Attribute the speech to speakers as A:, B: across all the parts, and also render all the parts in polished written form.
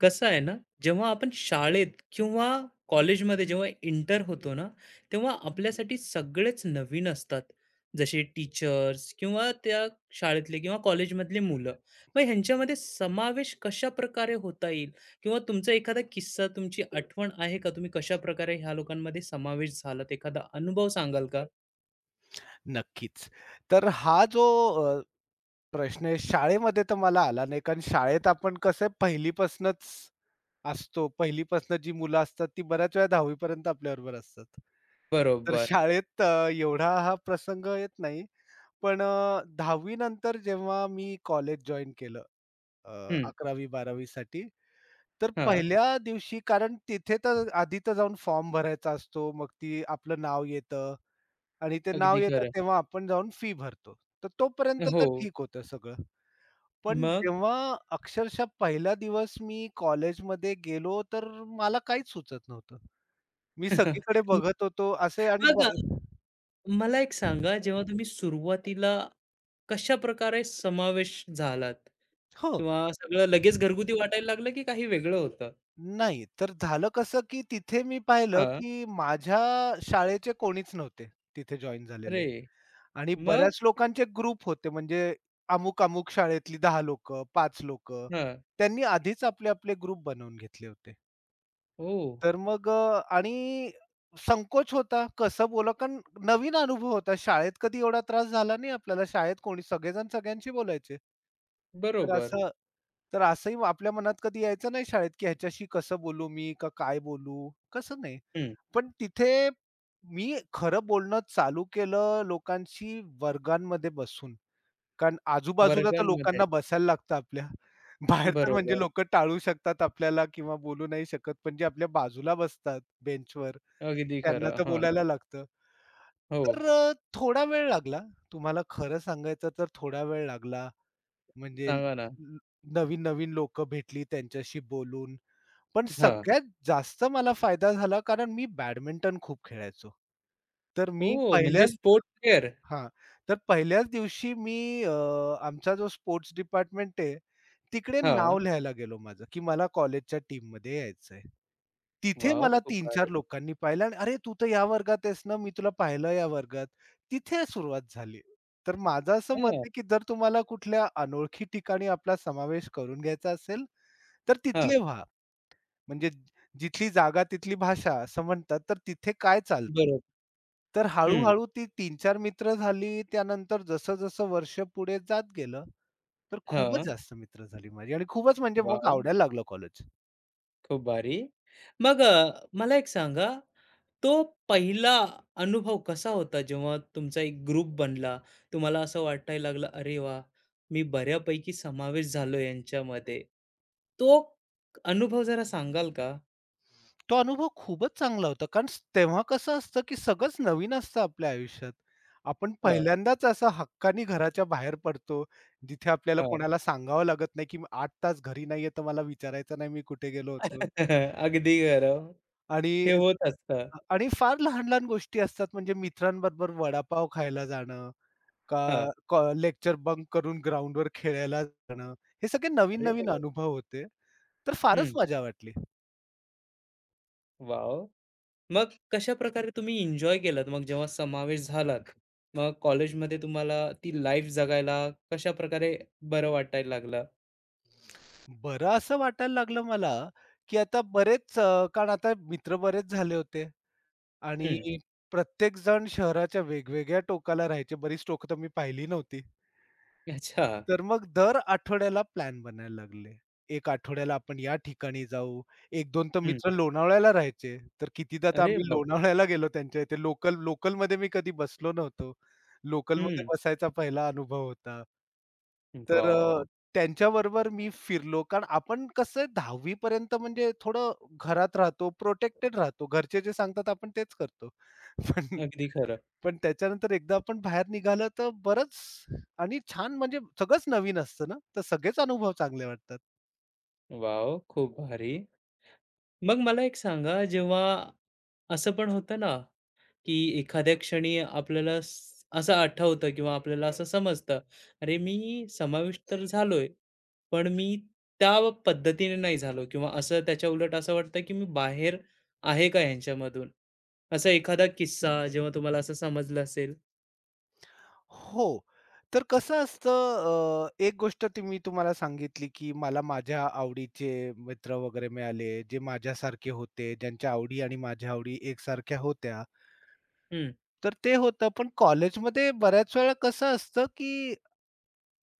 A: कसं आहे ना, जेव्हा आपण शाळेत किंवा कॉलेजमध्ये जेव्हा एंटर होतो ना, तेव्हा आपल्यासाठी सगळेच नवीन असतात. जसे टीचर्स किंवा त्या शाळेतले किंवा कॉलेजमधले मुलं. मग ह्यांच्यामध्ये समावेश कशाप्रकारे होता येईल किंवा तुमचा एखादा किस्सा, तुमची आठवण आहे का? तुम्ही कशाप्रकारे ह्या लोकांमध्ये समावेश झालात? एखादा अनुभव सांगाल का?
B: नक्कीच. तर हा जो अ, प्रश्न आहे शाळेमध्ये तर मला आला नाही, कारण शाळेत आपण कसं आहे पहिलीपासूनच असतो. पहिलीपासून जी मुलं असतात ती बऱ्याच वेळा 10वी पर्यंत आपल्याबरोबर असतात. तर
A: बरोबर.
B: शाळेत एवढा हा प्रसंग येत नाही. पण 10वी नंतर जेव्हा मी कॉलेज जॉइन केलं अ,
A: हं,
B: 11वी-12वी साठी, तर
A: हां.
B: पहिल्या दिवशी कारण तिथे तर आधी तर जाऊन फॉर्म भरायचा असतो. मग ती आपलं नाव येतं. आणि ते नाव
A: अगदी
B: येतं
A: खरं.
B: तेव्हा आपण जाऊन फी भरतो. तर तोपर्यंत
A: हो.
B: तर ठीक होतं सगळं. पण
A: मग?
B: जेव्हा अक्षरशः पहिला दिवस मी कॉलेजमध्ये गेलो, तर मला काहीच सुचत नव्हतं. मी सगळीकडे बघत होतो असे आणि
A: मग
B: बरं.
A: मला एक सांगा, जेव्हा तुम्ही सुरुवातीला कशाप्रकारे समावेश झालात?
B: हो.
A: किंवा सगळं लगेच घरगुती वाटायला लागलं, की काही वेगळं होतं?
B: नाही, तर झालं कसं, की तिथे मी पाहिलं,
A: हां.
B: की माझ्या शाळेचे कोणीच नव्हते तिथे जॉइन झालेले
A: अरे!
B: आणि
A: मग?
B: बऱ्याच लोकांचे ग्रुप होते. म्हणजे अमुक-अमुक शाळेतली 10 लोकं, 5 लोकं.
A: हां.
B: त्यांनी आधीच आपले-आपले ग्रुप बनवून घेतले होते.
A: हो.
B: तर मग आणि संकोच होता कसं बोला कारण नवीन अनुभव होता. शाळेत कधी एवढा त्रास झाला नाही आपल्याला. शाळेत कोणी सगळेजण सगळ्यांशी बोलायचे. तर
A: बरोबर.
B: असं तर असंही आपल्या मनात कधी यायचं नाही शाळेत, की ह्याच्याशी कसं बोलू मी? का काय बोलू? कसं नाही.
A: हं.
B: पण तिथे मी खरं बोलणं चालू केलं लोकांशी वर्गांमध्ये बसून. कारण आजूबाजूला तर
A: वर्गांमध्ये.
B: लोकांना बसायला लागतं आपल्या. बाहेर तर म्हणजे
A: बरोबर.
B: लोकं टाळू शकतात आपल्याला किंवा बोलू नाही शकत. पण जे आपल्या बाजूला बसतात बेंचवर,
A: अगदी
B: त्यांना
A: खरं.
B: तर
A: हां.
B: बोलायला लागतं.
A: हो.
B: तर थोडा वेळ लागला. तुम्हाला खरं सांगायचं तर थोडा वेळ लागला. म्हणजे
A: सांगा ना.
B: नवीन-नवीन लोकं भेटली त्यांच्याशी बोलून. पण
A: हां.
B: सगळ्यात जास्त मला फायदा झाला कारण मी बॅडमिंटन खूप खेळायचो. तर मी
A: ओह! म्हणजे
B: पहिल्याच
A: स्पोर्ट्स वेअर.
B: हां. तर पहिल्याच दिवशी मी अ, आमचा जो स्पोर्ट्स डिपार्टमेंट आहे, तिकडे
A: हां.
B: नाव लिहायला गेलो माझं, की मला कॉलेजच्या टीममध्ये यायचंय. तिथे
A: वॉव!
B: मला
A: खूप
B: तीन चार
A: भारी.
B: लोकांनी पाहिलं आणि "अरे, तू तर या वर्गात आहेस ना, मी तुला पाहिलं या वर्गात." तिथे सुरुवात झाली. तर माझं असं मत
A: हां.
B: आहे, की जर तुम्हाला कुठल्या अनोळखी ठिकाणी आपला समावेश करून घ्यायचा असेल, तर
A: हां.
B: तिथले व्हा. म्हणजे जिथली जागा तिथली भाषा असं म्हणतात, तर तिथे काय चालतं?
A: बरोबर.
B: तर
A: हं.
B: हळू-हळू ती तीन 4 मित्र झाली. त्यानंतर जसं-जसं वर्ष पुढे जात गेलं, तर खूपच
A: हां.
B: जास्त मित्र झाली माझी आणि खूपच म्हणजे मग
A: वॉव!
B: आवडायला लागलं कॉलेज.
A: खूप भारी. मग मला एक सांगा तो पहिला अनुभव कसा होता जेव्हा तुमचा एक ग्रुप बनला, तुम्हाला असं वाटायला लागलं, "अरे वा मी बऱ्यापैकी समावेश झालो यांच्यामध्ये." तो अनुभव जरा सांगाल का?
B: तो अनुभव खूपच चांगला होता. कारण तेव्हा कसं असतं, की सगळंच नवीन असतं आपल्या आयुष्यात. आपण
A: हां,
B: पहिल्यांदाच असं हक्कानी घराच्या बाहेर पडतो. जिथे आपल्याला
A: हां.
B: कोणाला सांगावं लागत नाही, की 8 तास घरी नाहीये, तर मला विचारायचं नाही मी कुठे गेलो होतो.
A: अगदी खरं.
B: आणि
A: हे होत असतं.
B: आणि फार लहान-लहान गोष्टी असतात म्हणजे मित्रांबरोबर वडापाव खायला जाणं,
A: हां.
B: का लेक्चर बंक करून ग्राउंडवर खेळायला जाणं, हे सगळे
A: अरे
B: नवीन-नवीन
A: वाह!
B: अनुभव होते. तर फारच
A: हं.
B: मजा वाटली.
A: वॉव! मग कशाप्रकारे तुम्ही एन्जॉय केलात मग जेव्हा समावेश झालात? मग कॉलेजमध्ये तुम्हाला ती लाईफ जगायला कशाप्रकारे बरं वाटायला लागलं?
B: बरं असं वाटायला लागलं मला, की आता बरेच कारण आता मित्र बरेच झाले होते आणि
A: हं.
B: प्रत्येकजण शहराच्या वेगवेगळ्या टोकाला राहायचे. बरीच टोकं तर मी पाहिली नव्हती.
A: अच्छा.
B: तर मग दर आठवड्याला प्लॅन बनायला लागले. 1 आठवड्याला आपण या ठिकाणी जाऊ. 1-2 तर मित्र लोणावळ्याला राहायचे. तर कितीदा तर
A: अरे
B: आम्ही
A: बाप!
B: लोणावळ्याला गेलो त्यांच्या इथे. लोकल लोकलमध्ये मी कधी बसलो नव्हतो. लोकलमध्ये
A: हं.
B: बसायचा पहिला अनुभव होता. तर
A: वॉव!
B: त्यांच्याबरोबर मी फिरलो. कारण आपण कसं आहे पर्यंत म्हणजे थोडं घरात राहतो, प्रोटेक्टेड राहतो. घरचे जे सांगतात आपण तेच करतो. पण
A: अगदी खरं.
B: पण त्याच्यानंतर एकदा आपण बाहेर निघालं तर बरंच आणि छान म्हणजे सगळंच नवीन असतं ना, तर सगळेच अनुभव चांगले वाटतात.
A: वॉव! खूप भारी. मग मला एक सांगा, जेव्हा असं पण होतं ना, की एखाद्या क्षणी आपल्याला स असं आठवतं किंवा आपल्याला असं समजतं, "अरे, मी समाविष्ट तर झालोय, पण मी त्या पद्धतीने नाही झालो" किंवा असं त्याच्या उलट असं वाटतं, की मी बाहेर आहे का ह्यांच्यामधून? असा एखादा किस्सा जेव्हा तुम्हाला असं समजलं असेल?
B: हो. तर कसं असतं एक गोष्ट ती मी तुम्हाला सांगितली, की मला माझ्या आवडीचे मित्र वगैरे मिळाले, जे माझ्यासारखे होते, ज्यांच्या आवडी आणि माझ्या आवडी एकसारख्या होत्या.
A: हं.
B: तर ते होतं. पण कॉलेजमध्ये बऱ्याच वेळा कसं असतं, की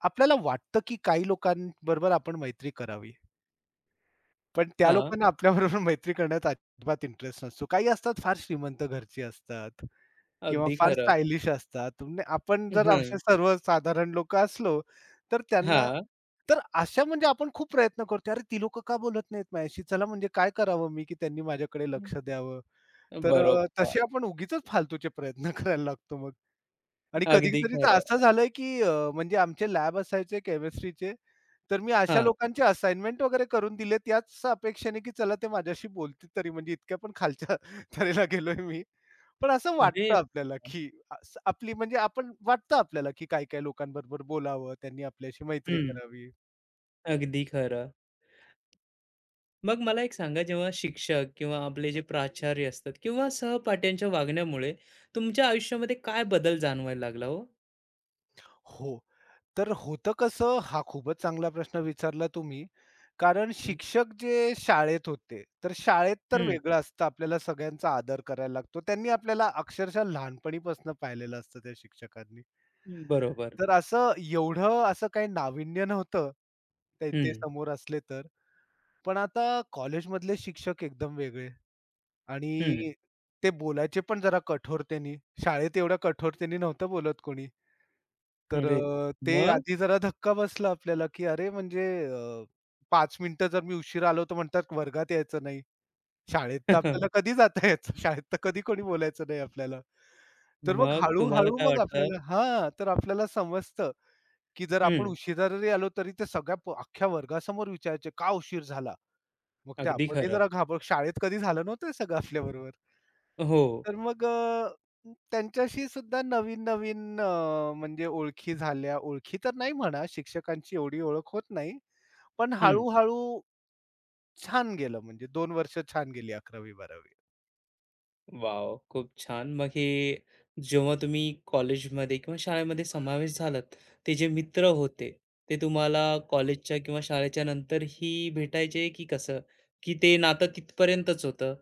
B: आपल्याला वाटतं, की काही लोकांबरोबर आपण मैत्री करावी. पण त्या
A: हां,
B: लोकांना आपल्याबरोबर मैत्री करण्यात अजिबात इंटरेस्ट नसतो. काही असतात फार श्रीमंत घरची असतात. किंवा
A: अगदी
B: फार
A: खरं.
B: स्टायलिश असतात. तुम्ही आपण जर
A: हं.
B: असे सर्वसाधारण लोकं असलो, तर त्यांना
A: हां.
B: तर अशा म्हणजे आपण खूप प्रयत्न करतो. "अरे, ती लोकं का बोलत नाहीत माझ्याशी? चला म्हणजे काय करावं मी, की त्यांनी माझ्याकडे लक्ष द्यावं?" तर
A: बरोबर.
B: तसे आपण उगीचच फालतूचे प्रयत्न करायला लागतो मग. आणि
A: अगदी
B: कधी-कधी तर
A: खरं.
B: असं झालंय, की म्हणजे आमचे लॅब असायचे केमिस्ट्रीचे. तर मी अशा
A: हां.
B: लोकांचे असाइनमेंट वगैरे करून दिलेत याच अपेक्षेने, की चला ते माझ्याशी बोलतील तरी म्हणजे इतक्या पण खालच्या तळेला गेलोय मी. पण असं
A: अरे
B: वाटतं आपल्याला,
A: वाह!
B: की असं आपली म्हणजे आपण वाटतं आपल्याला, की काही-काही लोकांबरोबर बोलावं, त्यांनी आपल्याशी मैत्री
A: हं.
B: करावी.
A: अगदी खरं. मग मला एक सांगा जेव्हा शिक्षक किंवा आपले जे प्राचार्य असतात किंवा सहपाठ्यांच्या वागण्यामुळे तुमच्या आयुष्यामध्ये काय बदल जाणवायला लागला हो?
B: हो, तर होतं कसं? हा खूपच चांगला प्रश्न विचारला तुम्ही. कारण
A: हं.
B: शिक्षक जे शाळेत होते, तर शाळेत तर
A: हं.
B: वेगळं असतं. आपल्याला सगळ्यांचा आदर करायला लागतो. त्यांनी आपल्याला अक्षरशः लहानपणीपासून पाहिलेलं असतं त्या शिक्षकांनी.
A: बरोबर.
B: तर असं एवढं असं काही नाविन्य नव्हतं, ते ते
A: हं,
B: समोर असले तर. पण आता कॉलेजमधले शिक्षक एकदम वेगळे
A: हं.
B: आणि ते बोलायचे पण जरा कठोरतेनी. शाळेत एवढ्या कठोरतेनी नव्हतं बोलत कोणी. तर
A: अरे!
B: ते
A: मग?
B: आधी जरा धक्का बसला आपल्याला, की अरे म्हणजे 5 मिनिटं जर मी उशिरा आलो तर म्हणतात वर्गात यायचं नाही. शाळेत तर आपल्याला कधी जाता यायचं? शाळेत तर कधी कोणी बोलायचं नाही आपल्याला. तर मग
A: मग तुम्हाला
B: हळू
A: काय
B: मग
A: वाटलं?
B: आपल्याला हां, तर आपल्याला समजतं की जर आपण
A: हं.
B: उशिरा जरी आलो तरी ते सगळ्या अख्ख्या वर्गासमोर विचारायचे, "का उशीर झाला?" मग ते
A: अगदी
B: आपणही
A: खरं.
B: जरा शाळेत कधी झालं नव्हतं हे सगळं आपल्याबरोबर.
A: हो.
B: तर मग त्यांच्याशी सुद्धा नवीन-नवीन म्हणजे ओळखी झाल्या. ओळखी तर नाही म्हणा, शिक्षकांची एवढी ओळख होत नाही. पण
A: हं.
B: हळू छान गेलं म्हणजे 2 वर्ष छान गेली 11वी-12वी.
A: वाव खूप छान. मग हे जेव्हा तुम्ही कॉलेजमध्ये किंवा शाळेमध्ये समावेश झालात, ते जे मित्र होते, ते तुम्हाला कॉलेजच्या किंवा शाळेच्या नंतरही भेटायचे की कसं? की ते नातं तिथपर्यंतच होतं?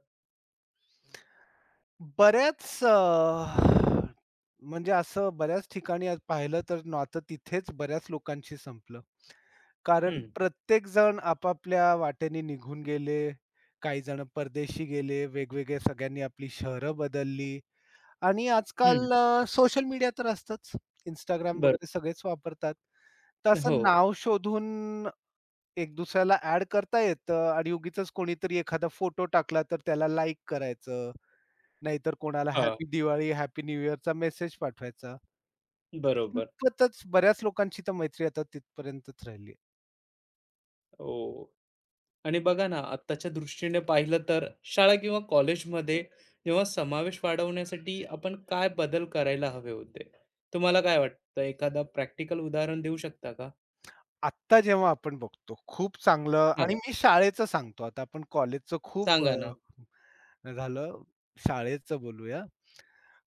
B: बऱ्याच म्हणजे असं बऱ्याच ठिकाणी आज पाहिलं तर नातं तिथेच बऱ्याच लोकांशी संपलं. कारण
A: हं.
B: प्रत्येक जण आपापल्या वाटेने निघून गेले. काही जण परदेशी गेले, वेगवेगळे सगळ्यांनी आपली शहरं बदलली आणि
A: हं,
B: आजकाल सोशल मीडिया तर असतंच. Instagram
A: बरोबर.
B: वगैरे सगळेच वापरतात. तर असं
A: हो.
B: नाव शोधून एक दुसऱ्याला ॲड करता येतं आणि उगीचच कोणीतरी एखादा फोटो टाकला तर त्याला लाइक करायचं. नाहीतर कोणाला
A: हां,
B: हॅपी दिवाळी, हॅपी न्यू इयरचा मेसेज पाठवायचा.
A: बरोबर.
B: तितपतच बऱ्याच लोकांची तर मैत्री आता तिथपर्यंतच राहिली.
A: ओह! आणि बघा ना, आत्ताच्या दृष्टीने पाहिलं तर शाळा किंवा कॉलेजमध्ये जेव्हा समावेश वाढवण्यासाठी आपण काय बदल करायला हवे होते? तुम्हाला काय वाटतं? एखादा प्रॅक्टिकल उदाहरण देऊ शकता का?
B: आत्ता जेव्हा आपण बघतो खूप चांगलं आणि मी शाळेचं सांगतो आता आपण कॉलेजचं खूप
A: सांगा ना.
B: झालं, शाळेचं बोलूया.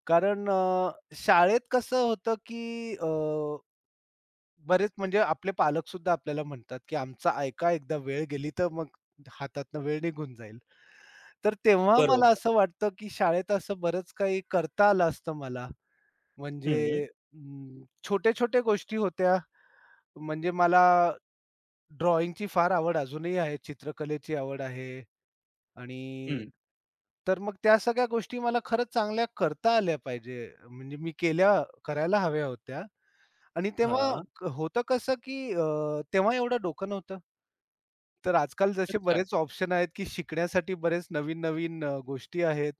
B: कारण शाळेत कसं होतं, की बरेच म्हणजे आपले पालकसुद्धा आपल्याला म्हणतात, की "आमचं ऐका एकदा वेळ गेली तर मग हातातनं वेळ निघून जाईल." तर तेव्हा मला
A: बरोबर.
B: असं वाटतं, की शाळेत असं बरंच काही करता आलं असतं मला.
A: हं,
B: म्हणजे अं, छोट्या गोष्टी होत्या. म्हणजे मला ड्रॉइंगची फार आवड अजूनही आहे, चित्रकलेची आवड आहे आणि
A: हं.
B: तर मग त्या सगळ्या गोष्टी मला खरंच चांगल्या करता आल्या पाहिजे. म्हणजे मी केल्या करायला हव्या होत्या आणि तेव्हा
A: हां.
B: होतं कसं की तेव्हा एवढं डोकं नव्हतं. तर आजकाल जसे
A: अच्छा.
B: बरेच ऑप्शन आहेत की शिकण्यासाठी बरेच नवीन-नवीन गोष्टी आहेत.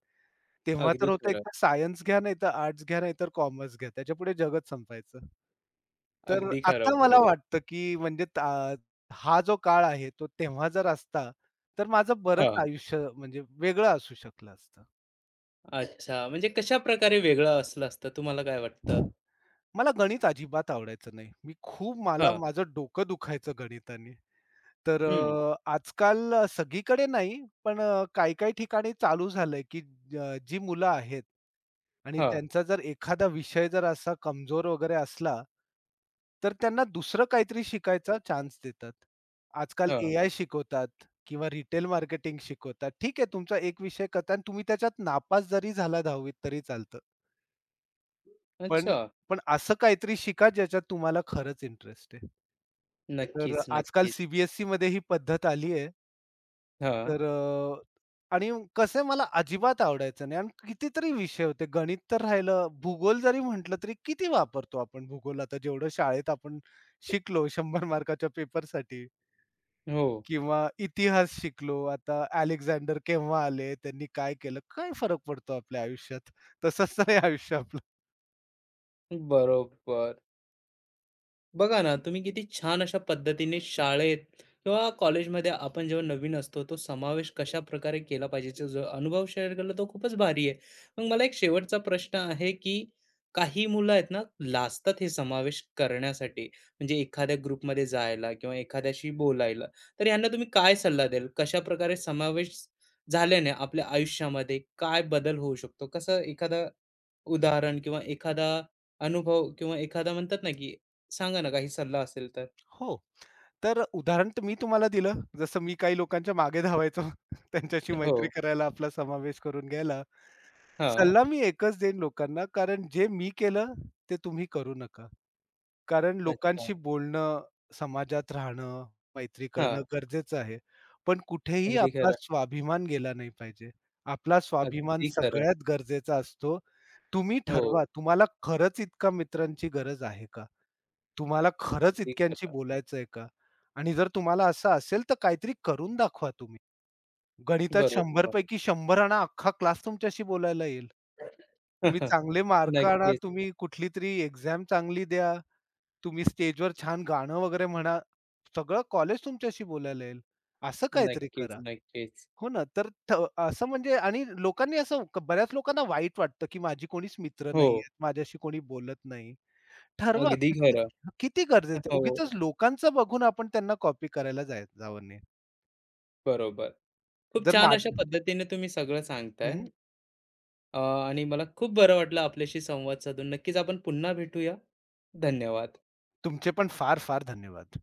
B: तेव्हा
A: अगदी
B: तर होतं
A: खरं.
B: एकतर सायन्स घ्या, नाहीतर आर्ट्स घ्या, नाहीतर कॉमर्स घ्या. त्याच्यापुढे जगच संपायचं. तर
A: अगदी खरं.
B: आता मला
A: बरोबर.
B: वाटतं, की म्हणजे हा जो काळ आहे, तो तेव्हा जर असता, तर माझं बरंच
A: हां.
B: आयुष्य म्हणजे वेगळं असू शकलं असतं.
A: अच्छा. म्हणजे कशा प्रकारे वेगळं असलं असतं तुम्हाला काय वाटतं?
B: मला गणित अजिबात आवडायचं नाही. मी खूप मला
A: हां.
B: माझं डोकं दुखायचं गणिताने. तर
A: हं.
B: आजकाल सगळीकडे नाही, पण काही-काही ठिकाणी चालू झालंय, की जी मुलं आहेत आणि
A: हां,
B: त्यांचा जर एखादा विषय जर असा कमजोर वगैरे असला, तर त्यांना दुसरं काहीतरी शिकायचा चान्स देतात. आजकाल
A: हां.
B: एआय शिकवतात किंवा रिटेल मार्केटिंग शिकवतात. ठीक आहे, तुमचा एक विषय करता आणि तुम्ही त्याच्यात नापास जरी झाला 10वी तरी चालतं. पण
A: अच्छा.
B: पण असं काहीतरी शिका ज्याच्यात तुम्हाला खरंच इंटरेस्ट आहे. तर
A: नक्कीच,
B: आजकाल
A: नक्कीच.
B: सी बी ही पद्धत आली आहे.
A: हां.
B: तर आणि कसे मला अजिबात आवडायचं नाही आणि कितीतरी विषय होते. गणित तर राहिलं, भूगोल जरी म्हटलं तरी किती वापरतो आपण भूगोल आता जेवढं शाळेत आपण शिकलो 100 मार्काच्या पेपरसाठी
A: हो.
B: किंवा इतिहास शिकलो. आता अलेक्झांडर केव्हा आले, त्यांनी काय केलं, काय फरक पडतो आपल्या आयुष्यात? तसंच तर आयुष्य आपलं.
A: बरोबर. बघा ना, तुम्ही किती छान अशा पद्धतीने शाळेत किंवा कॉलेजमध्ये आपण जेव्हा नवीन असतो, तो समावेश कशा प्रकारे केला पाहिजे, जो जो अनुभव शेअर केला तो खूपच भारी आहे. मग मला एक शेवटचा प्रश्न आहे, की काही मुलं आहेत ना, लाजतात हे समावेश करण्यासाठी, म्हणजे एखाद्या ग्रुपमध्ये जायला किंवा एखाद्याशी बोलायला. तर यांना तुम्ही काय सल्ला द्याल? कशाप्रकारे समावेश झाल्याने आपल्या आयुष्यामध्ये काय बदल होऊ शकतो? कसं एखादं उदाहरण किंवा एखादा अनुभव किंवा एखादा म्हणतात ना, की सांगा ना काही सल्ला असेल तर?
B: हो, तर उदाहरण तर मी तुम्हाला दिलं. जसं मी काही लोकांच्या मागे धावायचो, त्यांच्याशी मैत्री
A: हो.
B: करायला आपला समावेश करून घ्यायला.
A: हां.
B: सल्ला मी एकच देईन लोकांना, कारण जे मी केलं ते तुम्ही करू नका. कारण
A: अच्छा.
B: लोकांशी बोलणं, समाजात राहणं, मैत्री करणं
A: हां.
B: गरजेचं आहे. पण कुठेही
A: अगदी
B: आपला
A: खरं.
B: स्वाभिमान गेला नाही पाहिजे. आपला स्वाभिमान
A: अगदी खरं.
B: सगळ्यात गरजेचा असतो. तुम्ही ठरवा,
A: हो.
B: तुम्हाला खरंच इतका मित्रांची गरज आहे का? तुम्हाला खरंच
A: अगदी
B: इतक्यांशी
A: खरं.
B: बोलायचंय का? आणि जर तुम्हाला असं असेल, तर काहीतरी करून दाखवा तुम्ही. गणितात 100
A: बरोबर.
B: पैकी 100 आणा, अख्खा क्लास तुमच्याशी बोलायला येईल. तुम्ही चांगले मार्क आणा,
A: नक्कीच,
B: तुम्ही कुठलीतरी एक्झाम चांगली द्या, तुम्ही स्टेजवर छान गाणं वगैरे म्हणा. सगळं कॉलेज तुमच्याशी बोलायला येईल. असं काहीतरी
A: नक्कीच,
B: करा.
A: नक्कीच.
B: हो ना. तर थ असं म्हणजे आणि लोकांनी बऱ्याच लोकांना वाईट वाटतं, की माझी कोणीच मित्र
A: हो.
B: नाहीयेत, माझ्याशी कोणी बोलत नाही. ठरवा
A: अगदी
B: किती
A: खरं.
B: किती गरजेचं आहे.
A: हो.
B: उगीचच लोकांचं बघून आपण त्यांना कॉपी करायला जावं नाही.
A: बरोबर. खूप
B: जर
A: छान अशा
B: माझी
A: पद्धतीने तुम्ही सगळं सांगताय.
B: हं.
A: आणि मला खूप बरं वाटलं आपल्याशी संवाद साधून. नक्कीच आपण पुन्हा भेटूया. धन्यवाद.
B: तुमचे पण फार-फार धन्यवाद.